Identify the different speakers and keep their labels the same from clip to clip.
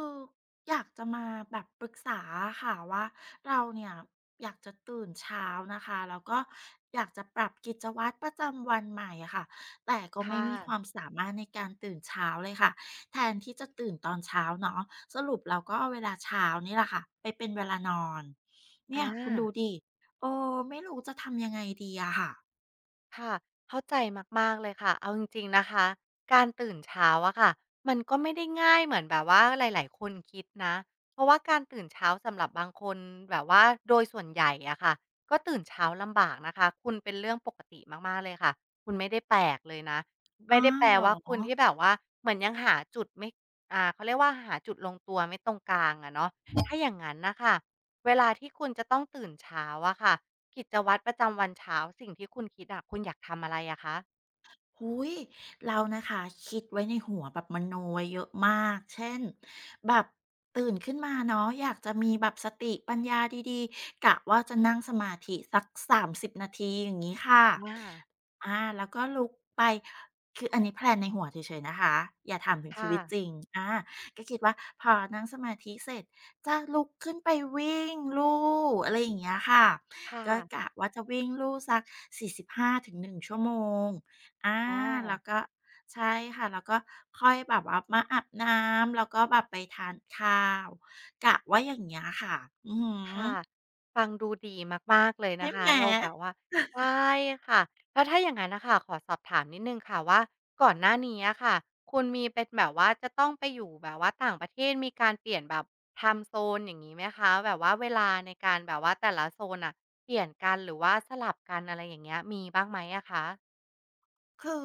Speaker 1: คืออยากจะมาแบบปรึกษาค่ะว่าเราเนี่ยอยากจะตื่นเช้านะคะแล้วก็อยากจะปรับกิจวัตรประจำวันใหม่อะค่ะแต่ก็ไม่
Speaker 2: ค่ะ
Speaker 1: มีความสามารถในการตื่นเช้าเลยค่ะแทนที่จะตื่นตอนเช้าเนาะสรุปเราก็เอาเวลาเช้านี่แหละค่ะไปเป็นเวลานอนเนี่
Speaker 2: อา
Speaker 1: ยคุณดูดิเออไม่รู้จะทำยังไงดีอะค่ะ
Speaker 2: ค่ะเข้าใจมากๆเลยค่ะ เอาจริงๆนะคะ การตื่นเช้าอะค่ะมันก็ไม่ได้ง่ายเหมือนแบบว่าหลายๆคนคิดนะเพราะว่าการตื่นเช้าสำหรับบางคนแบบว่าโดยส่วนใหญ่อะค่ะก็ตื่นเช้าลำบากนะคะคุณเป็นเรื่องปกติมากๆเลยค่ะคุณไม่ได้แปลกเลยนะ
Speaker 1: อ้า
Speaker 2: ไม่ได้แป
Speaker 1: ว
Speaker 2: ล
Speaker 1: เหรอ
Speaker 2: ว่าคุณที่แบบว่าเหมือนยังหาจุดไม่เขาเรียกว่าหาจุดลงตัวไม่ตรงกลางอะเนาะถ้าอย่างงั้นน่ะค่ะเวลาที่คุณจะต้องตื่นเช้าอะค่ะ กิจวัตรประจำวันเช้าสิ่งที่คุณคิดอะคุณอยากทำอะไรอะคะ
Speaker 1: อุ้ยเรานะคะคิดไว้ในหัวแบบมโนไว้เยอะมากเช่นแบบตื่นขึ้นมาเนาะอยากจะมีแบบสติปัญญาดีๆกะว่าจะนั่งสมาธิสัก30 นาทีอย่างนี้ค่ะ
Speaker 2: อา
Speaker 1: อาแล้วก็ลุกไปคืออันนี้แพลนในหัวเฉยๆนะคะอย่าถามถึงชี
Speaker 2: ค่ะ
Speaker 1: วิตจริงอาก็คิดว่าพอนั่งสมาธิเสร็จจะลุกขึ้นไปวิ่งลู่อะไรอย่างเงี้ยค่ะ
Speaker 2: ค
Speaker 1: ก็
Speaker 2: ่ะ
Speaker 1: กะว่าจะวิ่งลู่สัก45-1ชั่วโมงอา
Speaker 2: อ๋อ
Speaker 1: แล้วก็ใช่ค่ะแล้วก็ค่อยแบบว่ามาอาบน้ำแล้วก็แบบไปทานข้าวกะว่าอย่างเงี้ยค่ะอือฮ
Speaker 2: ค่ะ
Speaker 1: ึ
Speaker 2: ฟังดูดีมากๆเลย
Speaker 1: ใช่
Speaker 2: นะคะ
Speaker 1: ไหม
Speaker 2: เราแบบว่าใช่ค่ะแล้วถ้าอย่างงั้นน่ะค่ะขอสอบถามนิดหนึ่งค่ะว่าก่อนหน้านี้อะค่ะคุณมีเป็นแบบว่าจะต้องไปอยู่แบบว่าต่างประเทศมีการเปลี่ยนแบบไทม์โซนอย่างงี้ไหมคะแบบว่าเวลาในการแบบว่าแต่ละโซนน่ะเปลี่ยนกันหรือว่าสลับกันอะไรอย่างเงี้ยมีบ้างไหมอะคะ
Speaker 1: คือ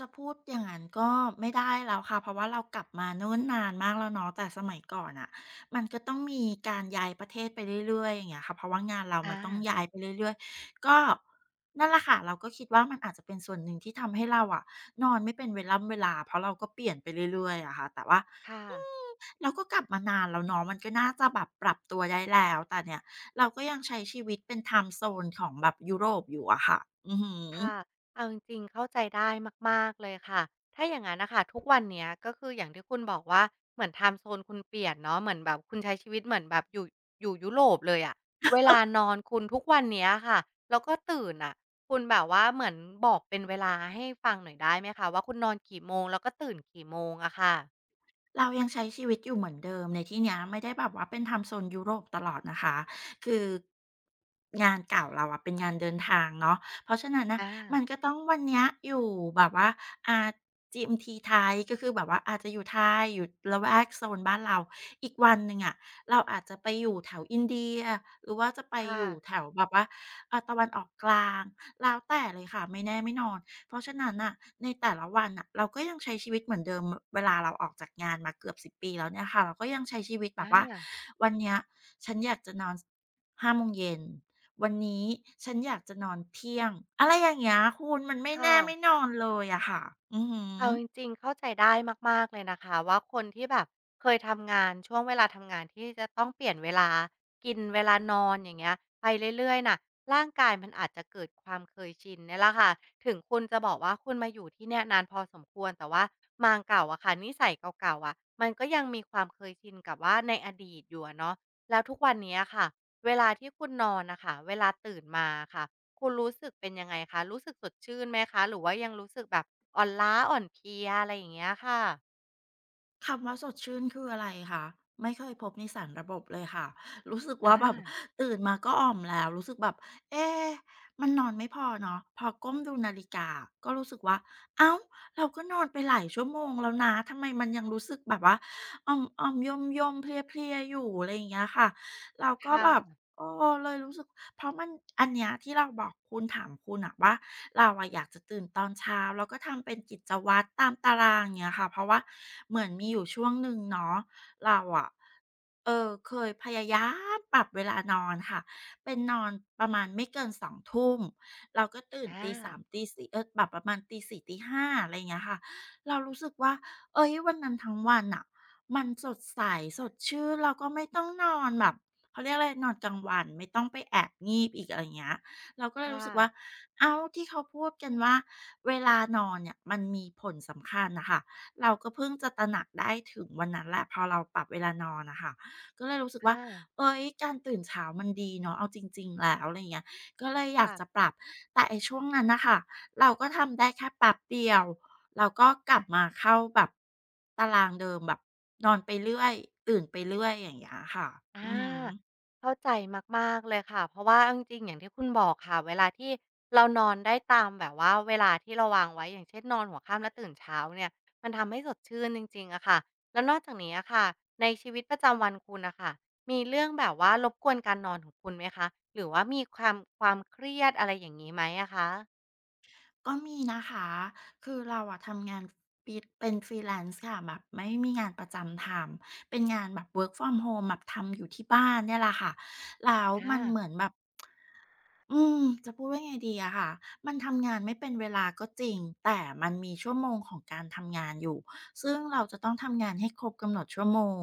Speaker 1: จะพูดอย่างนั้นก็ไม่ได้แล้วค่ะเพราะว่าเรากลับมาเนิ่นนานมากแล้วเนาะแต่สมัยก่อนอ่ะมันก็ต้องมีการย้ายประเทศไปเรื่อยๆอย่างเงี้ยค่ะเพราะว่างานเรามั
Speaker 2: อา
Speaker 1: นต้องย้ายไปเรื่อยๆก็นั่นแหละค่ะเราก็คิดว่ามันอาจจะเป็นส่วนหนึ่งที่ทำให้เราอะนอนไม่เป็นเวล่ำเวลาเพราะเราก็เปลี่ยนไปเรื่อยๆอะค่ะแต่ว่า
Speaker 2: ค่ะ
Speaker 1: อืมเราก็กลับมานานแล้วเนาะมันก็น่าจะแบบปรับตัวได้แล้วแต่เนี่ยเราก็ยังใช้ชีวิตเป็นไทม์โซนของแบบยุโรปอยู่อะค่ะอือหือ
Speaker 2: ค่ะเอาจริงๆ เข้าใจได้มากๆเลยค่ะถ้าอย่างนั้นนะคะทุกวันเนี้ยก็คืออย่างที่คุณบอกว่าเหมือนไทม์โซนคุณเปลี่ยนเนาะเหมือนแบบคุณใช้ชีวิตเหมือนแบบอยู่ยุโรปเลยอะเวลานอนคุณทุกวันเนี้ยค่ะแล้วก็ตื่นอะคุณแบบว่าเหมือนบอกเป็นเวลาให้ฟังหน่อยได้ไหมคะว่าคุณนอนกี่โมงแล้วก็ตื่นกี่โมงอะค่ะ
Speaker 1: เรายังใช้ชีวิตอยู่เหมือนเดิมในที่เนี้ยไม่ได้แบบว่าเป็นทำโซนยุโรปตลอดนะคะคืองานเก่าเราอะเป็นงานเดินทางเนาะเพราะฉะนั้นนะ
Speaker 2: อา
Speaker 1: มันก็ต้องวันเนี้ยอยู่แบบว่าอ่า g m ไทยก็คือแบบว่าอาจจะอยู่ไทยอยู่ละแวกโซนบ้านเราอีกวันหนึ่งอะเราอาจจะไปอยู่แถวอินเดียหรือว่าจะไปอ
Speaker 2: ค่ะ
Speaker 1: ยู่แถวแบบว่าตะวันออกกลางแล้วแต่เลยค่ะไม่แน่ไม่นอน เพราะฉะนั้นน่ะในแต่ละวันน่ะเราก็ยังใช้ชีวิตเหมือนเดิมเวลาเราออกจากงานมาเกือบ10ปีแล้วเนี่ยค่ะเราก็ยังใช้ชีวิตแบ
Speaker 2: อ
Speaker 1: บว่า
Speaker 2: ่
Speaker 1: วันเนี้ยฉันอยากจะนอนห้าโมงเย็นวันนี้ฉันอยากจะนอนเที่ยงอะไรอย่างเงี้ยคุณมันไม่
Speaker 2: ค่ะ
Speaker 1: แน่ไม่นอนเลยอะค่ะอือฮึ
Speaker 2: เอาจริงๆเข้าใจได้มากๆเลยนะคะว่าคนที่แบบเคยทำงานช่วงเวลาทำงานที่จะต้องเปลี่ยนเวลากินเวลานอนอย่างเงี้ยไปเรื่อยๆน่ะร่างกายมันอาจจะเกิดความเคยชินเนี่ยแหละค่ะถึงคุณจะบอกว่าคุณมาอยู่ที่เนี่ยนานพอสมควรแต่ว่ามางเก่าอะค่ะนิสัยเก่าๆอะมันก็ยังมีความเคยชินกับว่าในอดีตอยู่อะเนาะแล้วทุกวันเนี้ยค่ะเวลาที่คุณนอนนะคะเวลาตื่นมาค่ะ คุณรู้สึกเป็นยังไงคะ รู้สึกสดชื่นไหมคะ หรือว่ายังรู้สึกแบบอ่อนล้าอ่อนเพลียอะไรอย่างเงี้ยค่ะ
Speaker 1: คำว่าสดชื่นคืออะไรคะไม่เคยพบในสารระบบเลยค่ะรู้สึกว่าแบบ
Speaker 2: อา
Speaker 1: ตื่นมาก็อ่อมแล้วรู้สึกแบบเอ๊มันนอนไม่พอเนาะพอก้มดูนาฬิกาอะก็รู้สึกว่าอ้าวเราก็นอนไปหลายชั่วโมงแล้วนะทำไมมันยังรู้สึกแบบว่าอ่อมๆย่อมๆเพลียๆอยู่อะไรอย่างเงี้ยค่ะเรา
Speaker 2: ค
Speaker 1: ก็แบบ
Speaker 2: ่ะ
Speaker 1: เออเลยรู้สึก เพราะมันอันเนี้ยที่เราบอกคุณถามคุณอะว่าเราอะอยากจะตื่นตอนเช้าแล้วก็ทำเป็นกิจวัตรตามตารางเงี้ยค่ะเพราะว่าเหมือนมีอยู่ช่วงหนึ่งเนาะเราอะเออเคยพยายามปรับเวลานอนค่ะเป็นนอนประมาณไม่เกิน2 ทุ่มเราก็ตื่น
Speaker 2: อา
Speaker 1: ตี3ตี4เออแบบประมาณตี4ตี5อะไรอย่างเงี้ยค่ะเรารู้สึกว่าเฮ้ยวันนั้นทั้งวันน่ะมันสดใสสดชื่นเราก็ไม่ต้องนอนแบบ เขาเรียกอะไรนอนกลางวันไม่ต้องไปแอบงีบอีกอะไรอย่างเงี้ยเราก็เลยรู้
Speaker 2: ค่ะ
Speaker 1: สึกว่าอ้าวที่เขาพูดกันว่าเวลานอนเนี่ยมันมีผลสำคัญน่ะค่ะเราก็เพิ่งจะตระหนักได้ถึงวันนั้นแหละพอเราปรับเวลานอนน่ะค่ะก็เลยรู้สึกว่า
Speaker 2: อา
Speaker 1: เฮ้ยการตื่นเช้ามันดีเนาะเอาจริงๆแล้วอะไรอย่างเงี้ยก็เลยอยากจะป
Speaker 2: ค่ะ
Speaker 1: รับแต่ไอ้ช่วงนั้นน่ะค่ะเราก็ทำได้แค่แป๊บเดียวเราก็กลับมาเข้าแบบตารางเดิมแบบนอนไปเรื่อยตื่นไปเรื่อยอย่างเงี้ยค่ะ
Speaker 2: อ่
Speaker 1: อือฮึ
Speaker 2: าเข้าใจมากๆเลยค่ะเพราะว่าเอาจริงๆอย่างที่คุณบอกค่ะเวลาที่เรานอนได้ตามแบบว่าเวลาที่เราวางไว้อย่างเช่นนอนหัวค่ำแล้วตื่นเช้าเนี่ยมันทำให้สดชื่นจริงๆอะค่ะแล้วนอกจากนี้อะค่ะในชีวิตประจำวันคุณนะคะมีเรื่องแบบว่ารบกวนการนอนของคุณไหมคะหรือว่ามีความเครียดอะไรอย่างนี้ไหมอะคะ
Speaker 1: ก็มีนะคะ คือเราอะทำงานฟีดเป็น freelance ค่ะแบบไม่มีงานประจำทำ เป็นงานแบบ work from home แบบทำอยู่ที่บ้านเนี่ยแหละค่ะ แล้ว
Speaker 2: อา
Speaker 1: มันเหมือนแบบ จะพูดว่าไงดีอะค่ะมันทำงานไม่เป็นเวลาก็จริงแต่มันมีชั่วโมงของการทำงานอยู่ซึ่งเราจะต้องทำงานให้ครบกำหนดชั่วโมง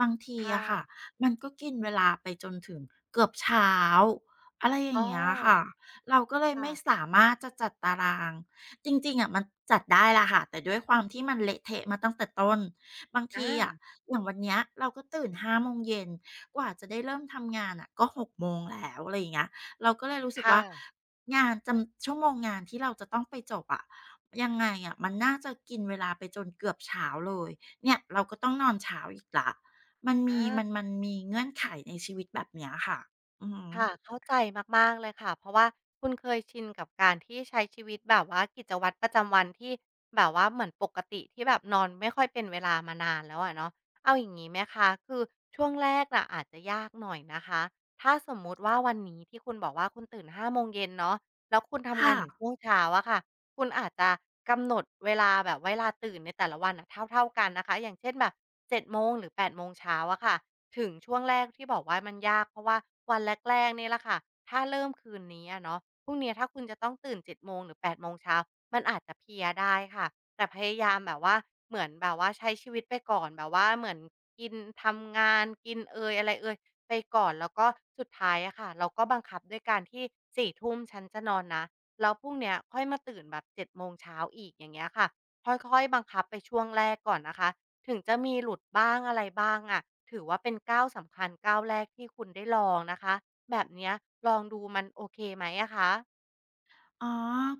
Speaker 1: บางที
Speaker 2: ค่ะ
Speaker 1: อะค่ะมันก็กินเวลาไปจนถึงเกือบเช้าอะไรอ
Speaker 2: อ๋อ
Speaker 1: ย่างเงี้ยค่ะเราก็เลยไม่
Speaker 2: ค่ะ
Speaker 1: สามารถจะจัดตารางจริงๆอะมันจัดได้ละค่ะแต่ด้วยความที่มันเละเทะมาตั้งแต่ต้นบาง
Speaker 2: อ
Speaker 1: ทีอะ
Speaker 2: า
Speaker 1: อย่างวันเนี้ยเราก็ตื่นห้าโมงเย็นกว่าจะได้เริ่มทำงานอะก็หกโมงแล้วอะไรอย่างเงี้ย เราก็เลยรู้สึก
Speaker 2: ค่ะ
Speaker 1: ว่างานจำชั่วโมงงานที่เราจะต้องไปจบอะยังไงอะมันน่าจะกินเวลาไปจนเกือบเช้าเลยเนี่ยเราก็ต้องนอนเช้าอีกแล้วมันมี
Speaker 2: อา
Speaker 1: มันมันมีเงื่อนไขในชีวิตแบบเนี้ยค่ะอือฮึ
Speaker 2: ค่ะเข้าใจมากๆเลยค่ะเพราะว่าคุณเคยชินกับการที่ใช้ชีวิตแบบว่ากิจวัตรประจำวันที่แบบว่าเหมือนปกติที่แบบนอนไม่ค่อยเป็นเวลามานานแล้วอะเนาะเอาอย่างงี้ไหมคะคือช่วงแรกน่ะอาจจะยากหน่อยนะคะถ้าสมมุติว่าวันนี้ที่คุณบอกว่าคุณตื่น5โมงเย็นเนาะแล้วคุณทำงานถึง
Speaker 1: ค่ะ
Speaker 2: ช่วงเช้าอะค่ะคุณอาจจะกำหนดเวลาแบบเวลาตื่นในแต่ละวันน่ะเท่าๆกันนะคะอย่างเช่นแบบเจ็ดโมงหรือแปดโมงเช้าอะค่ะ ถึงช่วงแรกที่บอกว่ามันยากเพราะว่าวันแรกๆเนี่ยแหละค่ะถ้าเริ่มคืนนี้อะเนาะพรุ่งนี้ถ้าคุณจะต้องตื่น7โมงหรือ8โมงเช้ามันอาจจะเพลียได้ค่ะแต่พยายามแบบว่าเหมือนแบบว่าใช้ชีวิตไปก่อนแบบว่าเหมือนกินทำงานกินเอยอะไรเอยไปก่อนแล้วก็สุดท้ายอะค่ะเราก็บังคับด้วยการที่ "4 ทุ่มฉันจะนอนนะแล้วพรุ่งเนี้ยค่อยมาตื่นแบบเจ็ดโมงเช้าอีกอย่างเงี้ยค่ะค่อยๆบังคับไปช่วงแรกก่อนนะคะ ถึงจะมีหลุดบ้างอะไรบ้างอะถือว่าเป็นก้าวสำคัญก้าวแรกที่คุณได้ลองนะคะแบบเนี้ยลองดูมันโอเคไหมอะคะ
Speaker 1: อ๋อ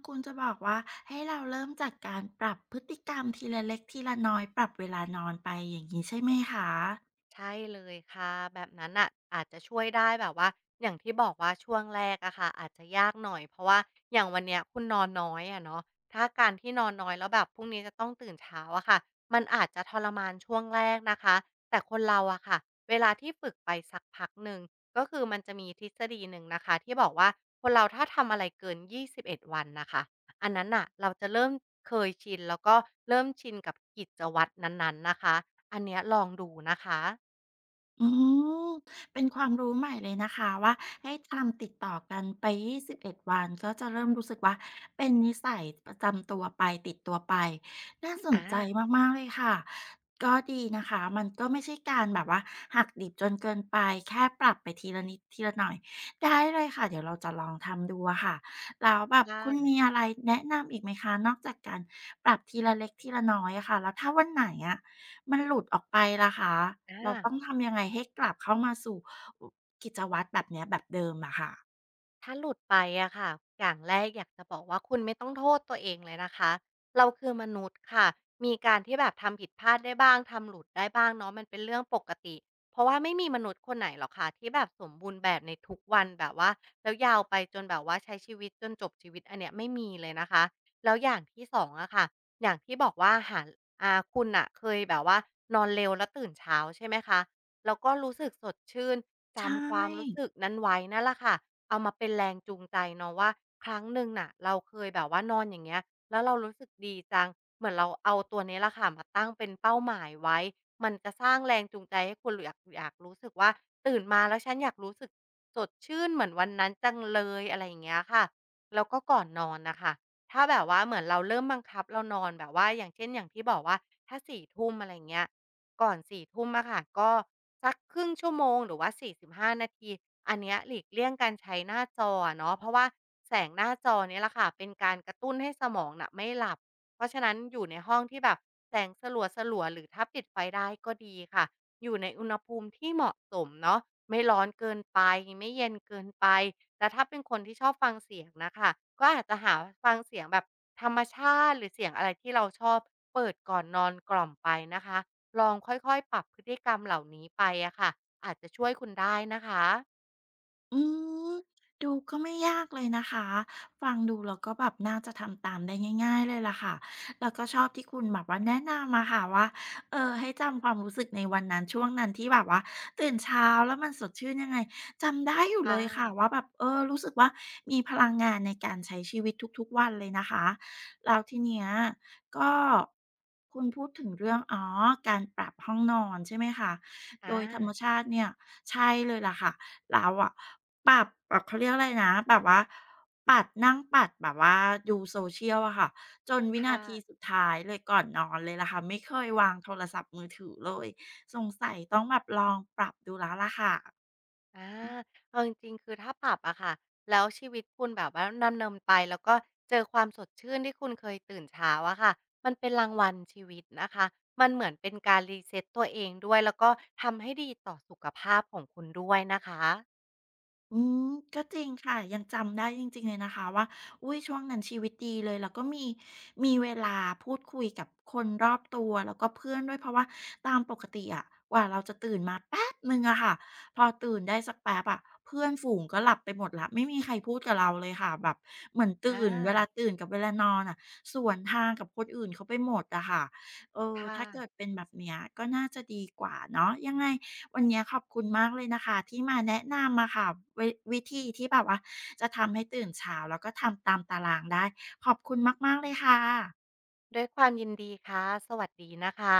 Speaker 1: คุณจะบอกว่าให้เราเริ่มจากการปรับพฤติกรรมทีละเล็กทีละน้อยปรับเวลานอนไปอย่างงี้ใช่ไหมคะ
Speaker 2: ใช่เลยค่ะแบบนั้นอ่ะอาจจะช่วยได้แบบว่าอย่างที่บอกว่าช่วงแรกอะค่ะอาจจะยากหน่อยเพราะว่าอย่างวันเนี้ยคุณนอนน้อยอะเนาะถ้าการที่นอนน้อยแล้วแบบพรุ่งนี้จะต้องตื่นเช้าอะค่ะมันอาจจะทรมานช่วงแรกนะคะแต่คนเราอะค่ะเวลาที่ฝึกไปสักพักหนึ่งก็คือมันจะมีทฤษฎีหนึ่งนะคะที่บอกว่าคนเราถ้าทำอะไรเกิน21วันนะคะอันนั้นอ่ะเราจะเริ่มเคยชินแล้วก็เริ่มชินกับกิจวัตรนั้นๆนะคะอันเนี้ยลองดูนะคะ
Speaker 1: อืมเป็นความรู้ใหม่เลยนะคะว่าให้ทำติดต่อกันไป21วันก็จะเริ่มรู้สึกว่าเป็นนิสัยประจำตัวไปติดตัวไปน่าสน
Speaker 2: อา
Speaker 1: ใจมากๆเลยค่ะก็ดีนะคะมันก็ไม่ใช่การแบบว่าหักดิบจนเกินไปแค่ปรับไปทีละนิดทีละหน่อยได้เลยค่ะเดี๋ยวเราจะลองทำดูอะค่ะแล้วแบ
Speaker 2: ค
Speaker 1: บคุณ
Speaker 2: ่ะ
Speaker 1: มีอะไรแนะนำอีกไหมคะนอกจากการปรับทีละเล็กทีละน้อยอะค่ะแล้วถ้าวันไหนอะ มันหลุดออกไปล่ะคะเราต้
Speaker 2: อา
Speaker 1: องทำยังไงให้กลับเข้ามาสู่อกิจวัตรแบบเนี้ยแบบเดิมอะค่ะ
Speaker 2: ถ้าหลุดไปอะค่ะอย่างแรกอยากจะบอกว่าคุณไม่ต้องโทษตัวเองเลยนะคะเราคือมนุษย์ค่ะมีการที่แบบทำผิดพลาดได้บ้างทำหลุดได้บ้างเนาะมันเป็นเรื่องปกติเพราะว่าไม่มีมนุษย์คนไหนหรอกค่ะที่แบบสมบูรณ์แบบในทุกวันแบบว่าแล้วยาวไปจนแบบว่าใช้ชีวิตจนจบชีวิตอันเนี้ยไม่มีเลยนะคะแล้วอย่างที่2องอะค่ะอย่างที่บอกว่าหาอ่าคุณน่ะเคยแบบว่านอนเร็วแล้วตื่นเช้าใช่ไหมคะแล้วก็รู้สึกสดชื่น
Speaker 1: ใช่
Speaker 2: จำความรู้สึกนั้นไว้นั่นแหละค่ะเอามาเป็นแรงจูงใจเนาะว่าครั้งหนึ่งน่ะเราเคยแบบว่านอนอย่างเงี้ยแล้วเรารู้สึกดีจังเหมือนเราเอาตัวนี้แหละค่ะมาตั้งเป็นเป้าหมายไว้มันจะสร้างแรงจูงใจให้คุณอยากรู้สึกว่าตื่นมาแล้วฉันอยากรู้สึกสดชื่นเหมือนวันนั้นจังเลยอะไรอย่างเงี้ยค่ะแล้วก็ก่อนนอนนะคะ ถ้าแบบว่าเหมือนเราเริ่มบังคับเรานอนแบบว่าอย่างเช่นอย่างที่บอกว่าถ้าสี่ทุ่มอะไรเงี้ยก่อนสี่ทุ่มอะค่ะก็สักครึ่งชั่วโมงหรือว่า45นาทีอันเนี้ยหลีกเลี่ยงการใช้หน้าจออะเนาะเพราะว่าแสงหน้าจอเนี่ยแหละค่ะเป็นการกระตุ้นให้สมองน่ะไม่หลับเพราะฉะนั้นอยู่ในห้องที่แบบแสงสลัวๆหรือถ้าปิดไฟได้ก็ดีค่ะอยู่ในอุณหภูมิที่เหมาะสมเนาะไม่ร้อนเกินไปไม่เย็นเกินไป แต่ถ้าเป็นคนที่ชอบฟังเสียงน่ะค่ะก็อาจจะหาฟังเสียงแบบธรรมชาติหรือเสียงอะไรที่เราชอบเปิดก่อนนอนกล่อมไปนะคะลองค่อยๆปรับพฤติกรรมเหล่านี้ไปอะค่ะอาจจะช่วยคุณได้นะคะ
Speaker 1: อืมดูก็ไม่ยากเลยนะคะฟังดูแล้วก็แบบน่าจะทำตามได้ง่ายๆเลยล่ะค่ะแล้วก็ชอบที่คุณแบบว่าแนะนำมาค่ะว่าเออให้จำความรู้สึกในวันนั้นช่วงนั้นที่แบบว่าตื่นเช้าแล้วมันสดชื่นยังไงจำได้อยู่เล
Speaker 2: ค่ะ
Speaker 1: ยค่ะว่าแบบเออรู้สึกว่ามีพลังงานในการใช้ชีวิตทุกๆวันเลยนะคะแล้วทีเนี้ยก็คุณพูดถึงเรื่องอ๋อการปรับห้องนอนใช่ไหมคะโดยธรรม
Speaker 2: อา
Speaker 1: ชาติเนี่ยใช่เลยล่ะค่ะ แล้วอะปรับแบบเขาเรียกอะไรนะแบบว่าปัดนั่งปัดแบบว่าดูโซเชียลอะค่ะจนวินา
Speaker 2: ค่ะ
Speaker 1: ทีสุดท้ายเลยก่อนนอนเลยล่ะค่ะไม่เคยวางโทรศัพท์มือถือเลยสงสัยต้องแบบลองปรับดูแล้วล่ะค่ะ
Speaker 2: อาเอาจริงๆคือถ้าปรับอะค่ะแล้วชีวิตคุณแบบว่าดำเนินไป แล้วก็เจอความสดชื่นที่คุณเคยตื่นเช้าอะค่ะ มันเป็นรางวัลชีวิตนะคะมันเหมือนเป็นการรีเซ็ตตัวเองด้วย แล้วก็ทำให้ดีต่อสุขภาพของคุณด้วยนะคะ
Speaker 1: อืมก็จริงค่ะยังจำได้จริงๆเลยนะคะว่าอุ๊ยช่วงนั้นชีวิตดีเลยแล้วก็มีเวลาพูดคุยกับคนรอบตัวแล้วก็เพื่อนด้วยเพราะว่าตามปกติอะกว่าเราจะตื่นมาแป๊บหนึ่งอะค่ะพอตื่นได้สักแป๊บอะเพื่อนฝูงก็หลับไปหมดแล้วไม่มีใครพูดกับเราเลยค่ะแบบเหมือน
Speaker 2: อ่า
Speaker 1: ตื่นเวลาตื่นกับเวลานอนอะสวนทางกับคนอื่นเขาไปหมดอะค่ะ เออ
Speaker 2: ค่ะ
Speaker 1: ถ้าเกิดเป็นแบบเนี้ยก็น่าจะดีกว่าเนาะยังไงวันเนี้ยขอบคุณมากเลยนะคะที่มาแนะนำอะค่ะวิธีที่แบบว่าจะทำให้ตื่นเช้าแล้วก็ทำตามตารางได้ขอบคุณมากๆเลยค่ะ
Speaker 2: ด้วยความยินดีค่ะสวัสดีนะคะ